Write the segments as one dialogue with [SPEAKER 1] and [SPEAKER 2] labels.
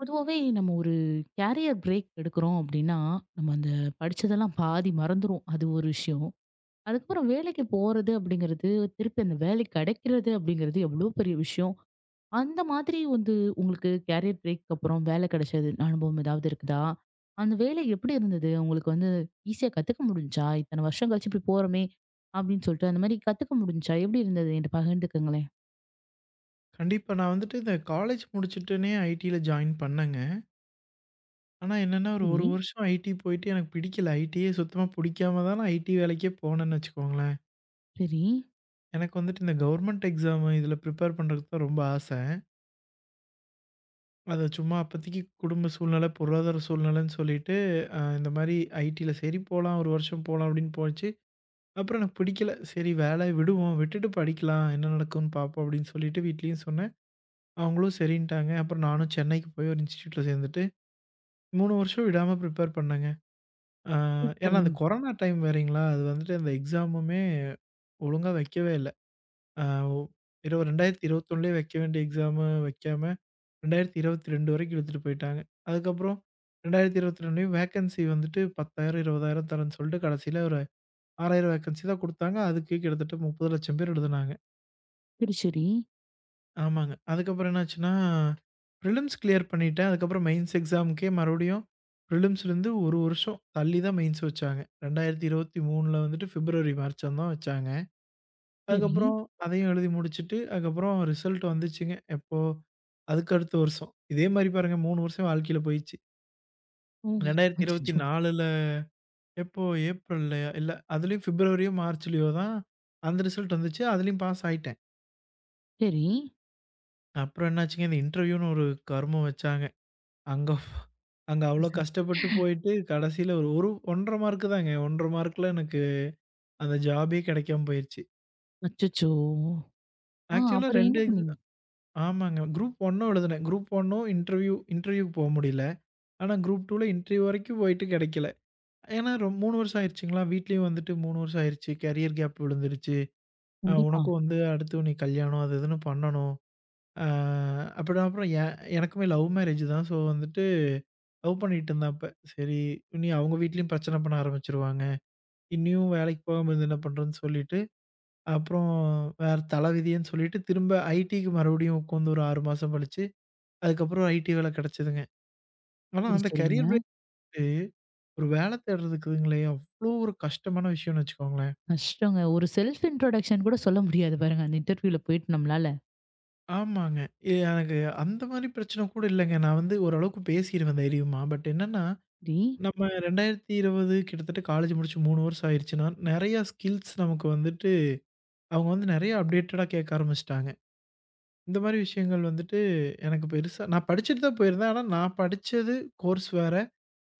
[SPEAKER 1] பொதுவாவே நம்ம ஒரு கேரியர் பிரேக் எடுக்கிறோம் அப்படின்னா, நம்ம அந்த படிச்சதெல்லாம் பாதி மறந்துரும். அது ஒரு விஷயம். அதுக்கப்புறம் வேலைக்கு போறது அப்படிங்கிறது, திருப்பி அந்த வேலை கிடைக்கிறது அப்படிங்கிறது எவ்வளோ பெரிய விஷயம். அந்த மாதிரி வந்து உங்களுக்கு கேரியர் பிரேக் அப்புறம் வேலை கிடைச்சது அனுபவம் ஏதாவது இருக்குதா? அந்த வேலை எப்படி இருந்தது? உங்களுக்கு வந்து ஈஸியா கத்துக்க முடிஞ்சுச்சா? இத்தன வருஷம் கழிச்சு இப்படி போறோமே அப்படின்னு சொல்லிட்டு அந்த மாதிரி கத்துக்க முடிஞ்சுச்சா? எப்படி இருந்தது? என்கிட்ட பகிர்ந்துக்கங்களேன்.
[SPEAKER 2] கண்டிப்பா. நான் வந்துட்டு இந்த காலேஜ் முடிச்சுட்டுனே ஐடில ஜாயின் பண்ணேங்க. ஆனா என்னன்னா, ஒரு
[SPEAKER 1] சரி.
[SPEAKER 2] 1 வருஷம் ஐடி போயிட்டு எனக்கு பிடிக்கல. ஐடியே சுத்தமா பிடிக்காம தான் நான் ஐடி வேலைக்கே போனேன்னு வச்சுக்கோங்களேன்.
[SPEAKER 1] சரி.
[SPEAKER 2] எனக்கு வந்துட்டு இந்த கவர்மெண்ட் எக்ஸாம் இதில ப்ரிப்பேர் பண்றதுக்கு தான் ரொம்ப ஆசை. அது சும்மா அப்போதைக்கு குடும்ப சூழ்நிலை, பொருளாதார சூழ்நிலைன்னு சொல்லிட்டு இந்த மாரி ஐடில சரி போலாம், 1 வருஷம் போலாம் அப்படின்னு போச்சு. அப்புறம் எனக்கு பிடிக்கல. சரி வேலை விடுவோம். விட்டுட்டு படிக்கலாம். என்ன நடக்கும்னு பார்ப்போம் அப்படின்னு சொல்லிட்டு வீட்லயும் சொன்னேன். அவங்களும் சரின்ட்டாங்க. அப்புறம் நானும் சென்னைக்கு போய் ஒரு இன்ஸ்டிடியூட்ல சேர்ந்துட்டு 3 வருஷம் விடாம ப்ரிப்பேர் பண்ணேங்க. ஆ ஏன்னா அந்த
[SPEAKER 1] சூப்பருங்க.
[SPEAKER 2] கொரோனா டைம் வேறங்களா, அது வந்துட்டு அந்த எக்ஸாமுமே ஒழுங்கா வைக்கவே இல்ல. ஆ ஒ இரவு 2021லயே வைக்க வேண்டிய எக்ஸாம வைக்காம, 2022 வரைக்கும் இழுத்துட்டு போயிட்டாங்க. அதுக்கப்புறம் 2022லயும் வேக்கன்சி வந்துட்டு 10,000, 20,000 தரேன்னு சொல்லிட்டு கடைசியில ஒரு 6,000 வேக்கன்சி தான் குடுத்தாங்க. அதுக்கு கிட்டத்தட்ட 30,00,000 பேர் எழுதுனாங்க.
[SPEAKER 1] சரி, சரி.
[SPEAKER 2] ஆமாங்க. அதுக்கப்புறம் என்னாச்சுன்னா, பிரிலிம்ஸ் கிளியர் பண்ணிட்டேன். அதுக்கப்புறம் மெயின்ஸ் எக்ஸாமுக்கே மறுபடியும் பிரிலிம்ஸ்லருந்து 1 வருஷம் தள்ளி தான் மெயின்ஸ் வச்சாங்க. 2023ல வந்துட்டு பிப்ரவரி, மார்ச்சான் தான் வச்சாங்க.
[SPEAKER 1] சரி.
[SPEAKER 2] அதுக்கப்புறம் அதையும் எழுதி முடிச்சுட்டு, அதுக்கப்புறம் ரிசல்ட் வந்துச்சுங்க. எப்போ? அதுக்கு அடுத்த வருஷம். இதே மாரி பாருங்க 3 வருஷம் வாழ்க்கையில போயிடுச்சு.
[SPEAKER 1] ஓ! ம். அச்சச்சோ!
[SPEAKER 2] 2024ல எப்போ? ஏப்ரல்லையா? இல்ல அதுலயும் பிப்ரவரியோ, மார்ச்லயோ தான் அந்த ரிசல்ட் வந்துச்சு. அதுலயும் பாஸ் ஆயிட்டேன்.
[SPEAKER 1] சரி.
[SPEAKER 2] அப்புறம் என்னாச்சுங்க, இந்த இன்டர்வியூன்னு ஒரு கருமம் வச்சாங்க. அங்க அங்க அவ்ளோ கஷ்டப்பட்டு போயிட்டு கடைசில ஒரு ஒரு 1 1/2 மார்க்கு தாங்க. 1 1/2 மார்க்ல எனக்கு அந்த ஜாபே கிடைக்காம போயிருச்சு.
[SPEAKER 1] அச்சச்சோ! ஆ,
[SPEAKER 2] ஆக்சுவலா 2
[SPEAKER 1] அப்புறம் என்ன
[SPEAKER 2] எக்ஸ்
[SPEAKER 1] பண்ணீங்க?
[SPEAKER 2] ஆமாங்க. குரூப் 1ம் எழுதுனேன். குரூப் 1ம் இன்டர்வியூக்கு போக முடியல. ஆனா குரூப் 2ல இன்டர்வியூ வரைக்கும் போயிட்டு கிடைக்கல. ஏன்னா 3 வருஷம் ஆயிருச்சுங்களா, வீட்லயும் வந்துட்டு 3 வருஷம் ஆயிருச்சு. கரியர் கேப் விழுந்துருச்சு.
[SPEAKER 1] கண்டிப்பா.
[SPEAKER 2] உனக்கும் வந்து அடுத்து நீ கல்யாணம் அது இதுன்னு பண்ணணும். ஆ அப்பறம் அப்புறம் எ எனக்குமே லவ் மேரேஜ் தான். ஸோ வந்துட்டு லவ் பண்ணிட்டு இருந்தேன் அப்ப. சரி, இனி அவங்க வீட்லயும் பிரச்சனை பண்ண ஆரம்பிச்சுருவாங்க. இன்னியும் வேலைக்கு போகாம இருந்து என்ன பண்றதுன்னு சொல்லிட்டு, அப்புறம் வேற தலவிதின்னு சொல்லிட்டு திரும்ப ஐடிக்கு மறுபடியும் உட்காந்து ஒரு 6 மாசம் கழிச்சு, அதுக்கப்புறம் ஐடி வேலை கிடைச்சதுங்க. ஆனா
[SPEAKER 1] சரி,
[SPEAKER 2] அந்த
[SPEAKER 1] சரிங்க.
[SPEAKER 2] கரியர் பிரேக்கு ஒரு வேலை தேடுறதுக்குங்களே அவ்ளோ ஒரு கஷ்டமான விஷயம்னு வச்சுக்கோங்களேன்.
[SPEAKER 1] கஷ்டங்க. ஒரு செல்ஃப் இன்ட்ரோடக்ஷன் கூட சொல்ல முடியாது பாருங்க, அந்த இன்டர்வியூல போயிட்டு நம்மளால.
[SPEAKER 2] ஆமாங்க. எனக்கு அந்த மாரி பிரச்சனை கூட இல்லங்க. நான் வந்து ஓரளவுக்கு பேசிருவேன் தைரியமா. பட் என்னன்னா,
[SPEAKER 1] சரி.
[SPEAKER 2] நம்ம 2020 கிட்டத்தட்ட காலேஜ் முடிச்சு 3 வருஷம் ஆயிருச்சுன்னா, நெறைய ஸ்கில்ஸ் நமக்கு வந்துட்டு அவங்க வந்து நெறைய அப்டேட்டடா கேட்க ஆரம்பிச்சுட்டாங்க. இந்த மாரி விஷயங்கள் வந்துட்டு எனக்கு பெருசா நான் படிச்சுட்டு தான் போயிருந்தேன். ஆனா நான் படிச்சது கோர்ஸ் வேற.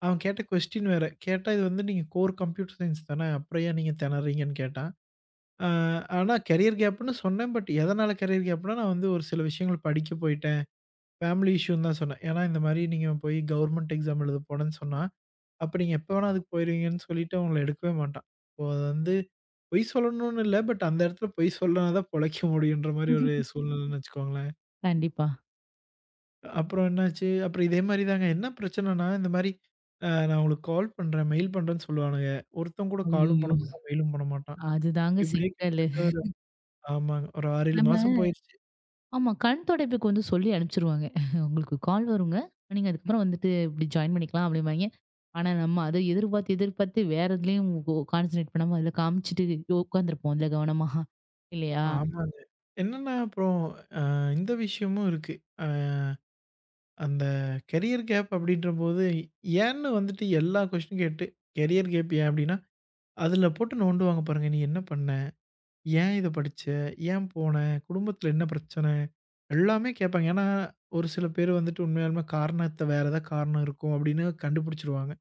[SPEAKER 2] அவன் கேட்ட கொஸ்டின் வேற. கேட்டா இது வந்து நீங்க கோர் கம்ப்யூட்டர் சயன்ஸ் தானே, அப்புறம் ஏன் நீங்க திணறீங்கன்னு கேட்டான். ஆ ஆனா கரியர் கேப்ன்னு சொன்னேன். பட் எதனால கரியர் கேப்னா, நான் வந்து ஒரு சில விஷயங்கள் படிக்க போயிட்டேன். ஃபேமிலி இஷ்யூன்னு தான் சொன்னேன். ஏன்னா இந்த மாரி நீங்க போய் கவர்மெண்ட் எக்ஸாம் எழுத போனேன்னு சொன்னா, அப்ப நீங்க எப்ப வேணா அதுக்கு போயிருவீங்கன்னு சொல்லிட்டு அவங்கள எடுக்கவே மாட்டான். இப்போ அது வந்து பொய் சொல்லணும்னு இல்ல. பட் அந்த இடத்துல பொய் சொன்னா தான் பொழைக்க முடியுன்ற மாரி ஒரு சூழ்நிலைன்னு வச்சுக்கோங்களேன்.
[SPEAKER 1] கண்டிப்பா.
[SPEAKER 2] அப்புறம் என்னாச்சு, அப்புறம் இதே மாரி தாங்க. என்ன பிரச்சனன்னா, இந்த மாரி நான் உங்களுக்கு கால் பண்றேன், மெயில் பண்றேன்னு சொல்லுவானுங்க. ஒருத்தன் கூட காலும் பண்ண
[SPEAKER 1] ஐயய்யோ!
[SPEAKER 2] மாட்டான், மெயிலும் பண்ண மாட்டான்.
[SPEAKER 1] அதுதாங்க
[SPEAKER 2] இப்படியே
[SPEAKER 1] சிக்கலு.
[SPEAKER 2] கிட்டத்தட்ட ஒரு ஆமாங்க. ஒரு 6, 7
[SPEAKER 1] நம்ம
[SPEAKER 2] மாசம் போயிருச்சு.
[SPEAKER 1] ஆமா, கண் துடைப்புக்கு வந்து சொல்லி அனுப்பிச்சுருவாங்க. உங்களுக்கு கால் வருங்க. நீங்க அதுக்கப்புறம் வந்துட்டு இப்படி ஜாயின் பண்ணிக்கலாம் அப்படிம்பாய்ங்க. ஆனா, நம்ம அத எதிர்பார்த்து, எதிர்பார்த்து வேற எதுலயும் கோ கான்சன்ட்ரேட் பண்ணாம, அதில காமிச்சுட்டு உட்காந்துருப்போம், அதில கவனமா. இல்லையா?
[SPEAKER 2] ஆமாங்க. என்னன்னா அப்புறம் அ இந்த விஷயமும் இருக்கு. அ அந்த கெரியர் கேப் அப்படின்றபோது, ஏன்னு வந்துட்டு எல்லா கொஸ்டின் கேட்டு, கெரியர் கேப் ஏன் அப்படின்னா, அதுல போட்டு நோண்டுவாங்க பாருங்க. நீ என்ன பண்ண? ஏன் இத படிச்ச? ஏன் போன? குடும்பத்தில என்ன பிரச்சன? எல்லாமே கேட்பாங்க. ஏன்னா, ஒரு சில பேர் வந்துட்டு உண்மையாலுமே காரணத்த வேற ஏதாவது காரணம் இருக்கும் அப்படின்னு கண்டுபிடிச்சுருவாங்க.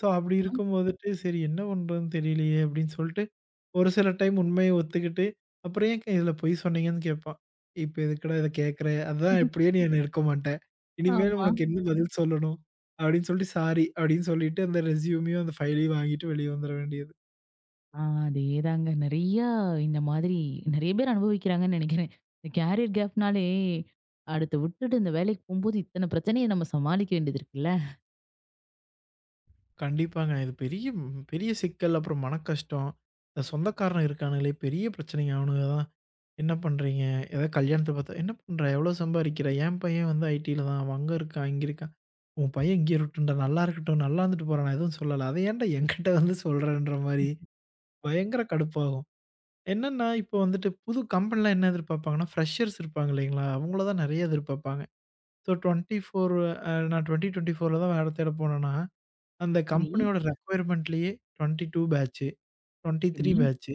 [SPEAKER 2] ஸோ, அப்படி இருக்கும் போதுட்டு சரி என்ன பண்றதுன்னு தெரியலையே அப்படின்னு சொல்லிட்டு, ஒரு சில டைம் உண்மைய ஒத்துக்கிட்டு, அப்புறம் ஏன் இதில பொய் சொன்னீங்கன்னு கேட்பான். இப்ப எதுக்குடா இத கேட்குற? அதான் இப்படியே நீ என்ன இருக்க மாட்ட. இனிமேல்
[SPEAKER 1] ஆமா.
[SPEAKER 2] உனக்கு என்ன பதில் சொல்லணும்? அப்படின்னு சொல்லிட்டு சாரி அப்படின்னு சொல்லிட்டு அந்த ரெஸ்யூமையும் அந்த ஃபைலையும் வாங்கிட்டு வெளிய வந்துர வேண்டியது.
[SPEAKER 1] அதேதாங்க. நெறையா இந்த மாதிரி நெறைய பேர் அனுபவிக்கிறாங்கன்னு நெனைக்கிறேன். இந்த கேரியர் கேப்னாலே, அடுத்து விட்டுட்டு இந்த வேலைக்கு போம்போது இத்தன பிரச்சனைய நம்ம சமாளிக்க வேண்டியது இருக்குல்ல.
[SPEAKER 2] கண்டிப்பாங்க. இது பெரிய பெரிய சிக்கல். அப்புறம் மனக்கஷ்டம். இந்த சொந்தக்காரன் இருக்கானுங்களே, பெரிய பிரச்சனைங்க அவனுங்க தான். "என்ன பண்றீங்க?" ஏதாவது கல்யாணத்த பார்த்தா, "என்ன பண்ற? எவ்வளோ சம்பாரிக்கிற?" "என் பையன் வந்து ஐடில தான். அவன் அங்க இருக்கான், இங்க இருக்கான்." "உன் பையன் இங்கே இருக்கட்டும்டா. நல்லா இருக்கட்டும். நல்லா இருந்துட்டு போறான். நான் எதுவும் சொல்லல. அத ஏன்டா என்கிட்ட வந்து சொல்றன்ற?" மாரி பயங்கர கடுப்பாகும். என்னன்னா, இப்போ வந்துட்டு புது கம்பெனிலாம் என்ன எதிர்பார்ப்பாங்கன்னா, ஃப்ரெஷர்ஸ் இருப்பாங்க இல்லைங்களா? அவங்கள தான் நெறைய எதிர்பார்ப்பாங்க. ஸோ 24 அ நான் 2024ல தான் வேல தேட போனேன்னா, அந்த
[SPEAKER 1] சரி,
[SPEAKER 2] கம்பெனியோட ரெக்யர்மென்ட்லயே 22 பேட்ச்,
[SPEAKER 1] சரி.
[SPEAKER 2] 23 பேட்ச்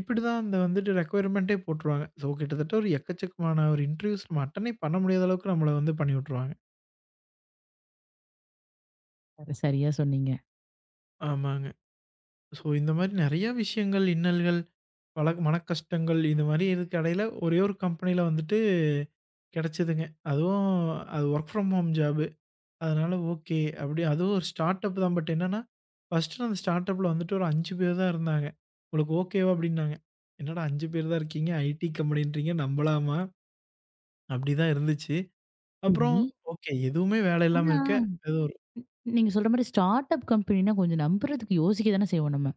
[SPEAKER 2] இப்படிதான் அந்த வந்துட்டு ரெக்யர்மென்ட்டே போட்டுருவாங்க. ஸோ கிட்டத்தட்ட ஒரு எக்கச்சக்கமான ஒரு இன்டர்வியூஸ் நம்ம அட்டெண்டே பண்ண முடியாத அளவுக்கு நம்மள வந்து பண்ணி விட்டுருவாங்க.
[SPEAKER 1] அது சரியா சொன்னீங்க.
[SPEAKER 2] ஆமாங்க. ஸோ இந்த மாரி நிறைய விஷயங்கள், இன்னல்கள், பல மன கஷ்டங்கள் இந்த மாரி இதுக்கு இடையில ஒரே ஒரு கம்பெனியில வந்துட்டு கிடைச்சதுங்க. அதுவும் அது வொர்க் ஃப்ரம் ஹோம் ஜாப். அதனால ஓகே. அப்படியே அதுவும் ஒரு ஸ்டார்ட் அப் தான். பட் என்னன்னா, ஃபர்ஸ்ட்டு அந்த ஸ்டார்ட் அப்ல வந்துட்டு ஒரு 5 பேர் தான் இருந்தாங்க. உங்களுக்கு ஓகேவா? அப்படின்னாங்க. என்னடா 5 பேர் தான் இருக்கீங்க. ஐடி கம்பெனின்றீங்க நம்பலாமா? அப்படிதான் இருந்துச்சு. அப்புறம்
[SPEAKER 1] சரி.
[SPEAKER 2] ஓகே. எதுவுமே வேலை இல்லாம
[SPEAKER 1] ஆனா
[SPEAKER 2] இருக்க, ஏதோ ஒரு
[SPEAKER 1] ம். நீங்க சொல்ற மாரி ஸ்டார்ட் அப் கம்பெனினா கொஞ்சம் நம்புறதுக்கு யோசிக்க தானே செய்வோம் நம்ம.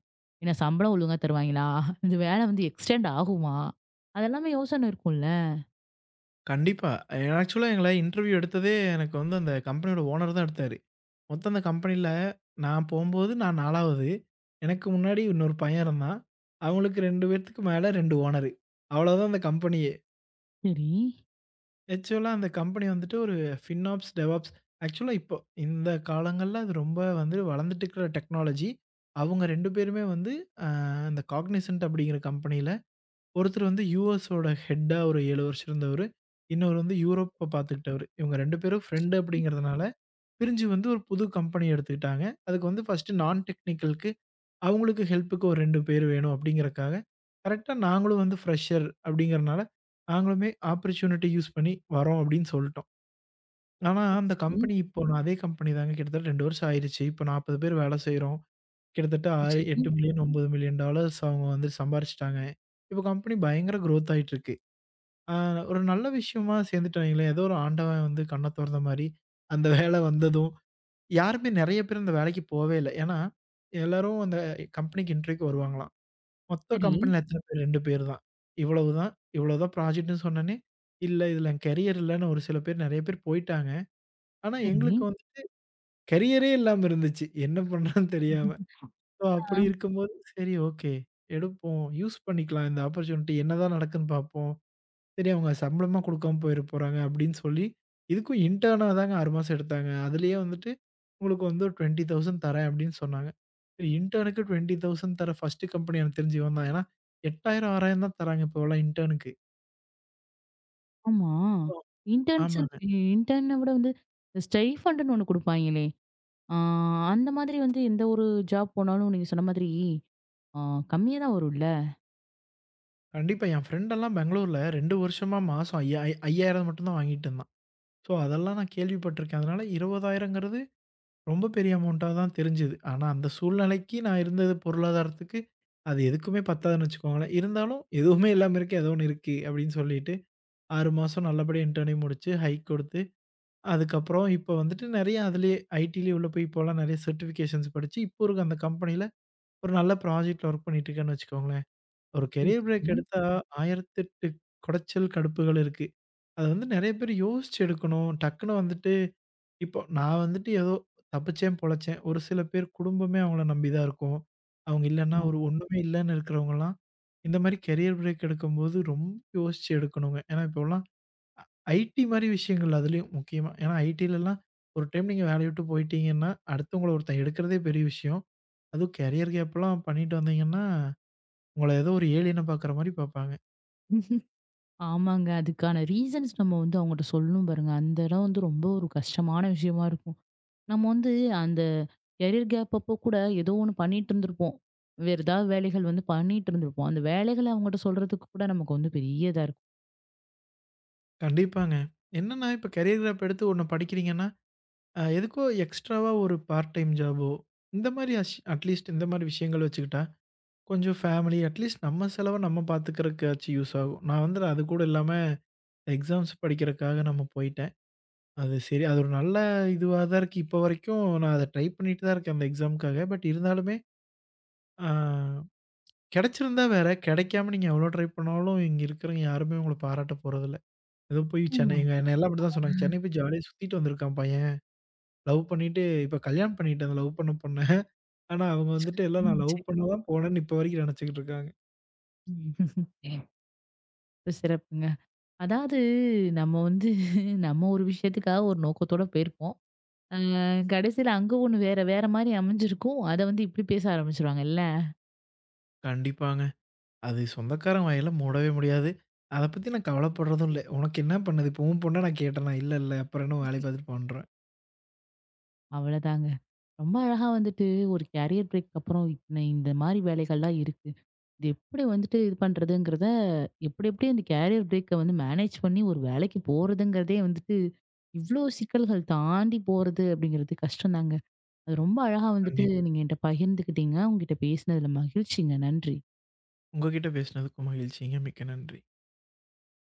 [SPEAKER 1] ஏன்னா சம்பளம் ஒழுங்கா தருவாய்ங்களா? இந்த வேலை வந்து எக்ஸ்டெண்ட் ஆகுமா? அதெல்லாமே யோசனை இருக்கும்ல.
[SPEAKER 2] கண்டிப்பா. ஆக்சுவலா எங்கள இன்டர்வியூ எடுத்ததே எனக்கு வந்து அந்த கம்பெனியோட ஓனர் தான் எடுத்தாரு. மொத்தம் அந்த கம்பெனில நான் போம்போது நான் 4வது. எனக்கு முன்னாடி இன்னொரு பையன் இருந்தான். அவங்களுக்கு 2 பேத்துக்கு மேல 2 ஓனரு. அவ்வளோதான் அந்த கம்பெனியே.
[SPEAKER 1] சரி.
[SPEAKER 2] ஆக்சுவலா அந்த கம்பெனி வந்துட்டு ஒரு ஃபினாப்ஸ், டெவாப்ஸ் ஆக்சுவலா இப்போ இந்த காலங்கள்ல அது ரொம்ப வந்து வளர்ந்துட்டு இருக்கிற டெக்னாலஜி. அவங்க 2 பேருமே வந்து அ அந்த காக்னிசன்ட் அப்படிங்கிற கம்பெனியில ஒருத்தர் வந்து யுஎஸோட ஹெட்டா ஒரு 7 வருஷம் இருந்தவரு. இன்னொரு வந்து யூரோப்ப பார்த்துக்கிட்டவரு. இவங்க 2 பேரும் ஃப்ரெண்ட் அப்படிங்கிறதுனால பிரிஞ்சு வந்து ஒரு புது கம்பெனி எடுத்துக்கிட்டாங்க. அதுக்கு வந்து ஃபர்ஸ்ட்டு நான் டெக்னிக்கல்க்கு அவங்களுக்கு ஹெல்ப்புக்கு ஒரு 2 பேர் வேணும் அப்படிங்கிறக்காக, கரெக்ட்டா நாங்களும் வந்து ஃப்ரெஷர் அப்படிங்கிறனால, நாங்களுமே ஆப்பர்ட்யூனிட்டி யூஸ் பண்ணி வரோம் அப்படின்னு சொல்ட்டோம். ஆனா அந்த
[SPEAKER 1] சரி,
[SPEAKER 2] கம்பெனி இப்போ நான் அதே கம்பெனி தாங்க கிட்டத்தட்ட 2 வருஷம் ஆயிருச்சு. இப்போ 40 பேர் வேலை செய்றோம். கிட்டத்தட்ட 6
[SPEAKER 1] சரி,
[SPEAKER 2] $8,000,000
[SPEAKER 1] சரி,
[SPEAKER 2] $9,000,000 அவங்க வந்து சம்பாரிச்சுட்டாங்க. இப்போ கம்பெனி பயங்கர குரோத் ஆயிட்டு இருக்கு. ஆ ஒரு நல்ல விஷயமா சேர்ந்துட்டாய்ங்களே, ஏதோ ஒரு ஆண்டவன் வந்து கண்ண தொறந்த மாரி, அந்த வேலை வந்ததும் யாருமே நெறைய பேர் அந்த வேலைக்கு போவே இல்ல. ஏன்னா, எல்லாரும் அந்த கம்பெனிக்கு இன்டர்வியூக்கு வருவாங்களாம். மொத்த
[SPEAKER 1] சரி.
[SPEAKER 2] கம்பெனில எத்தன பேர்? 2 பேர் தான். இவ்வளவுதான். இவ்வளவுதான் ப்ராஜெக்ட்ன்னு சொன்னோனே, இல்ல இதுல என் கரியர் இல்லன்னு ஒரு சில பேர் நெறைய பேர் போயிட்டாங்க. ஆனா
[SPEAKER 1] சரி.
[SPEAKER 2] எங்களுக்கு வந்து கரியரே இல்லாம இருந்துச்சு. என்ன பண்றதுன்னு தெரியாம. ஸோ அப்படி
[SPEAKER 1] ஆ.
[SPEAKER 2] இருக்கும்போது, சரி ஓகே எடுப்போம். யூஸ் பண்ணிக்கலாம் இந்த ஆப்பர்ச்சுனிட்டி என்னதான் நடக்குதுன்னு பார்ப்போம். சரி அவங்க சம்பளமா குடுக்காம போயிற போறாங்க அப்படின்னு சொல்லி, இதுக்கும் இன்டர்னா தாங்க 6 மாசம் எடுத்தாங்க. அதுலயே வந்துட்டு உங்களுக்கு வந்து ஒரு 20,000 தரேன் அப்படின்னு சொன்னாங்க. சரி இன்டர்னுக்கு 20,000 தர ஃபர்ஸ்ட்டு கம்பெனி எனக்கு தெரிஞ்சு இவன் தான். ஏன்னா 8,000 6,000 தான் தராங்க இப்போலாம் இன்டர்னுக்கு.
[SPEAKER 1] ஆமா.
[SPEAKER 2] ஓ!
[SPEAKER 1] இன்டர்ன்ஷிப்
[SPEAKER 2] ஆமாங்க.
[SPEAKER 1] இன்டர்ன விட வந்து ஸ்டைஃபண்டுன்னு ஒண்ணு குடுப்பாய்ங்களே. ஆ அந்த மாதிரி வந்து எந்த ஒரு ஜாப் போனாலும் நீங்க சொன்ன மாதிரி ஆ கம்மியா தான் வரும்ல?
[SPEAKER 2] கண்டிப்பா என் ஃப்ரெண்டெல்லாம் பெங்களூர்ல 2 வருஷமா மாசம் ஐயா 5,000 மட்டும் தான் வாங்கிட்டு இருந்தான். ஸோ அதெல்லாம் நான் கேள்விப்பட்டுருக்கேன். அதனால 20,000ங்கிறது ரொம்ப பெரிய அமௌண்ட்டா தான் தெரிஞ்சது. ஆனா அந்த சூழ்நிலைக்கு நான் இருந்தது பொருளாதாரத்துக்கு அது எதுக்குமே பத்தாதுன்னு வச்சுக்கோங்களேன். இருந்தாலும் எதுவுமே இல்லாம இருக்கே, ஏதோ ஒண்ணு இருக்கு அப்படின்னு சொல்லிட்டு 6 மாசம் நல்லபடியா இன்டர்னையும் முடிச்சு, ஹைக் கொடுத்து, அதுக்கப்புறம் இப்ப வந்துட்டு நெறைய அதிலேயே ஐடிலேயே உள்ள போய் இப்போலாம் நெறைய சர்டிஃபிகேஷன்ஸ் படிச்சு, இப்போ இருக்க அந்த கம்பெனியில ஒரு நல்ல ப்ராஜெக்ட்ல ஒர்க் பண்ணிட்டு இருக்கேன்னு வச்சுக்கோங்களேன். ஒரு
[SPEAKER 1] சரி,
[SPEAKER 2] கெரியர் பிரேக்
[SPEAKER 1] சரி.
[SPEAKER 2] எடுத்தா 1008 குடைச்சல், கடுப்புகள் இருக்கு. அது வந்து நெறைய பேர் யோசிச்சு எடுக்கணும். டக்குனு வந்துட்டு இப்போ நான் வந்துட்டு ஏதோ தப்பிச்சேன், பொழச்சேன். ஒரு சில பேர் குடும்பமே அவங்கள நம்பி தான் இருக்கும். அவங்க இல்லன்னா
[SPEAKER 1] ஆமா.
[SPEAKER 2] ஒரு ஒண்ணுமே இல்லன்னு இருக்கிறவங்கலாம், இந்த மாரி கெரியர் பிரேக் எடுக்கும்போது ரொம்ப யோசிச்சு எடுக்கணுங்க. ஏன்னா இப்போலாம் ஐடி மாரி விஷயங்கள் அதுலயும் முக்கியமா. ஏன்னா ஐடிலலாம் ஒரு டைம் நீங்க வேலைய விட்டு போயிட்டீங்கன்னா, அடுத்தவங்கள ஒருத்தன் எடுக்கிறதே பெரிய விஷயம். அதுவும் கெரியர் கேப்லாம் பண்ணிட்டு வந்தீங்கன்னா, உங்கள ஏதோ ஒரு ஏலியனா பார்க்குற மாரி பார்ப்பாங்க.
[SPEAKER 1] ஆமாங்க. அதுக்கான ரீசன்ஸ் நம்ம வந்து அவங்கட்ட சொல்லணும் பாருங்க. அந்த இடம் வந்து ரொம்ப ஒரு கஷ்டமான விஷயமா இருக்கும். நம்ம வந்து அந்த கெரியர் கேப் அப்போ கூட ஏதோ ஒண்ணு பண்ணிட்டு இருந்திருப்போம். வேற ஏதாவது வேலைகள் வந்து பண்ணிட்டு இருந்திருப்போம். அந்த வேலைகள அவங்கட்ட சொல்றதுக்கு கூட நமக்கு வந்து பெரிய இதா இருக்கும்.
[SPEAKER 2] கண்டிப்பாங்க. என்னன்னா, இப்போ கெரியர் கேப் எடுத்து ஒண்ணு படிக்கிறீங்கன்னா எதுக்கோ எக்ஸ்ட்ராவா ஒரு பார்ட் டைம் ஜாபோ, இந்த மாரி அட்லீஸ்ட் இந்த மாரி விஷயங்கள் வச்சுக்கிட்டா, கொஞ்சம் ஃபேமிலி அட்லீஸ்ட் நம்ம செலவ நம்ம பார்த்துக்கிறதுக்காச்சும் யூஸ் ஆகும். நான் வந்து அது கூட இல்லாம எக்ஸாம்ஸ் படிக்கிறக்காக நம்ம போயிட்டேன். அது சரி, அது ஒரு நல்ல இதுவா தான் இருக்கு. இப்போ வரைக்கும் நான் அத ட்ரை பண்ணிட்டு தான் இருக்கேன் அந்த எக்ஸாம்க்காக. பட் இருந்தாலுமே ஆ கிடைச்சிருந்தா வேற, கிடைக்காம நீங்க எவ்வளோ ட்ரை பண்ணாலும் இங்க இருக்கிறவங்க யாருமே உங்கள பாராட்ட போறதில்ல. ஏதோ போய் சென்னை
[SPEAKER 1] நிச்சயமா.
[SPEAKER 2] எங்க என்னை எல்லாம் அப்படிதான் சொன்னாங்க. "சென்னை போய் ஜாலியா சுத்திட்டு வந்திருக்கான் பையன். லவ் பண்ணிட்டு இப்ப கல்யாணம் பண்ணிட்டான் அந்த லவ் பண்ண பொண்ண." ஆனா, அவங்க வந்துட்டு எல்லாம் நான்
[SPEAKER 1] ம்.
[SPEAKER 2] லவ்
[SPEAKER 1] சரி.
[SPEAKER 2] பண்ண தான் போனேன்னு இப்ப வரைக்கும் நெனச்சுக்கிட்டு இருக்காங்க.
[SPEAKER 1] ம். சிறப்புங்க. அதாவது நம்ம வந்து நம்ம ஒரு விஷயத்துக்காக ஒரு நோக்கத்தோட போயிருப்போம். அ கடைசியில அங்க ஒண்ணு வேற வேற மாரி அமைஞ்சிருக்கும். அத வந்து இப்டி பேச ஆரம்பிச்சுருவாங்கல்ல.
[SPEAKER 2] கண்டிப்பாங்க. அது சொந்தக்காரன் வாயெல்ல மூடவே முடியாது. அத பத்தி நான் கவலைப்படுறதும் இல்ல. உனக்கு என்ன பண்ணுது? இப்போ உன் பொண்ண நான் கேட்டேனா? இல்ல, இல்ல. அப்புறம் என்ன வேலைய பார்த்துட்டு பண்றேன்.
[SPEAKER 1] அவ்வளதாங்க. ரொம்ப அழகா வந்துட்டு ஒரு கேரியர் பிரேக் அப்புறம் இத்தன இந்த மாரி வேலைகள்லாம் இருக்கு. இது எப்டி வந்துட்டு இது பண்றதுங்கிறத எப்டி எப்டி அந்த கேரியர் பிரேக்க வந்து மேனேஜ் பண்ணி ஒரு வேலைக்கு போறதுங்கிறதே வந்துட்டு இவ்ளோ சிக்கல்கள் தாண்டி போறது அப்டிங்கிறது கஷ்டம் தாங்க. அது ரொம்ப அழகா வந்துட்டு
[SPEAKER 2] கண்டிப்பா.
[SPEAKER 1] நீங்க என்ட்ட பகிர்ந்துக்கிட்டீங்க. உங்ககிட்ட பேசினதுல மகிழ்ச்சிங்க. நன்றி.
[SPEAKER 2] உங்க கிட்ட பேசினதுக்கும் மகிழ்ச்சிங்க. மிக்க நன்றி.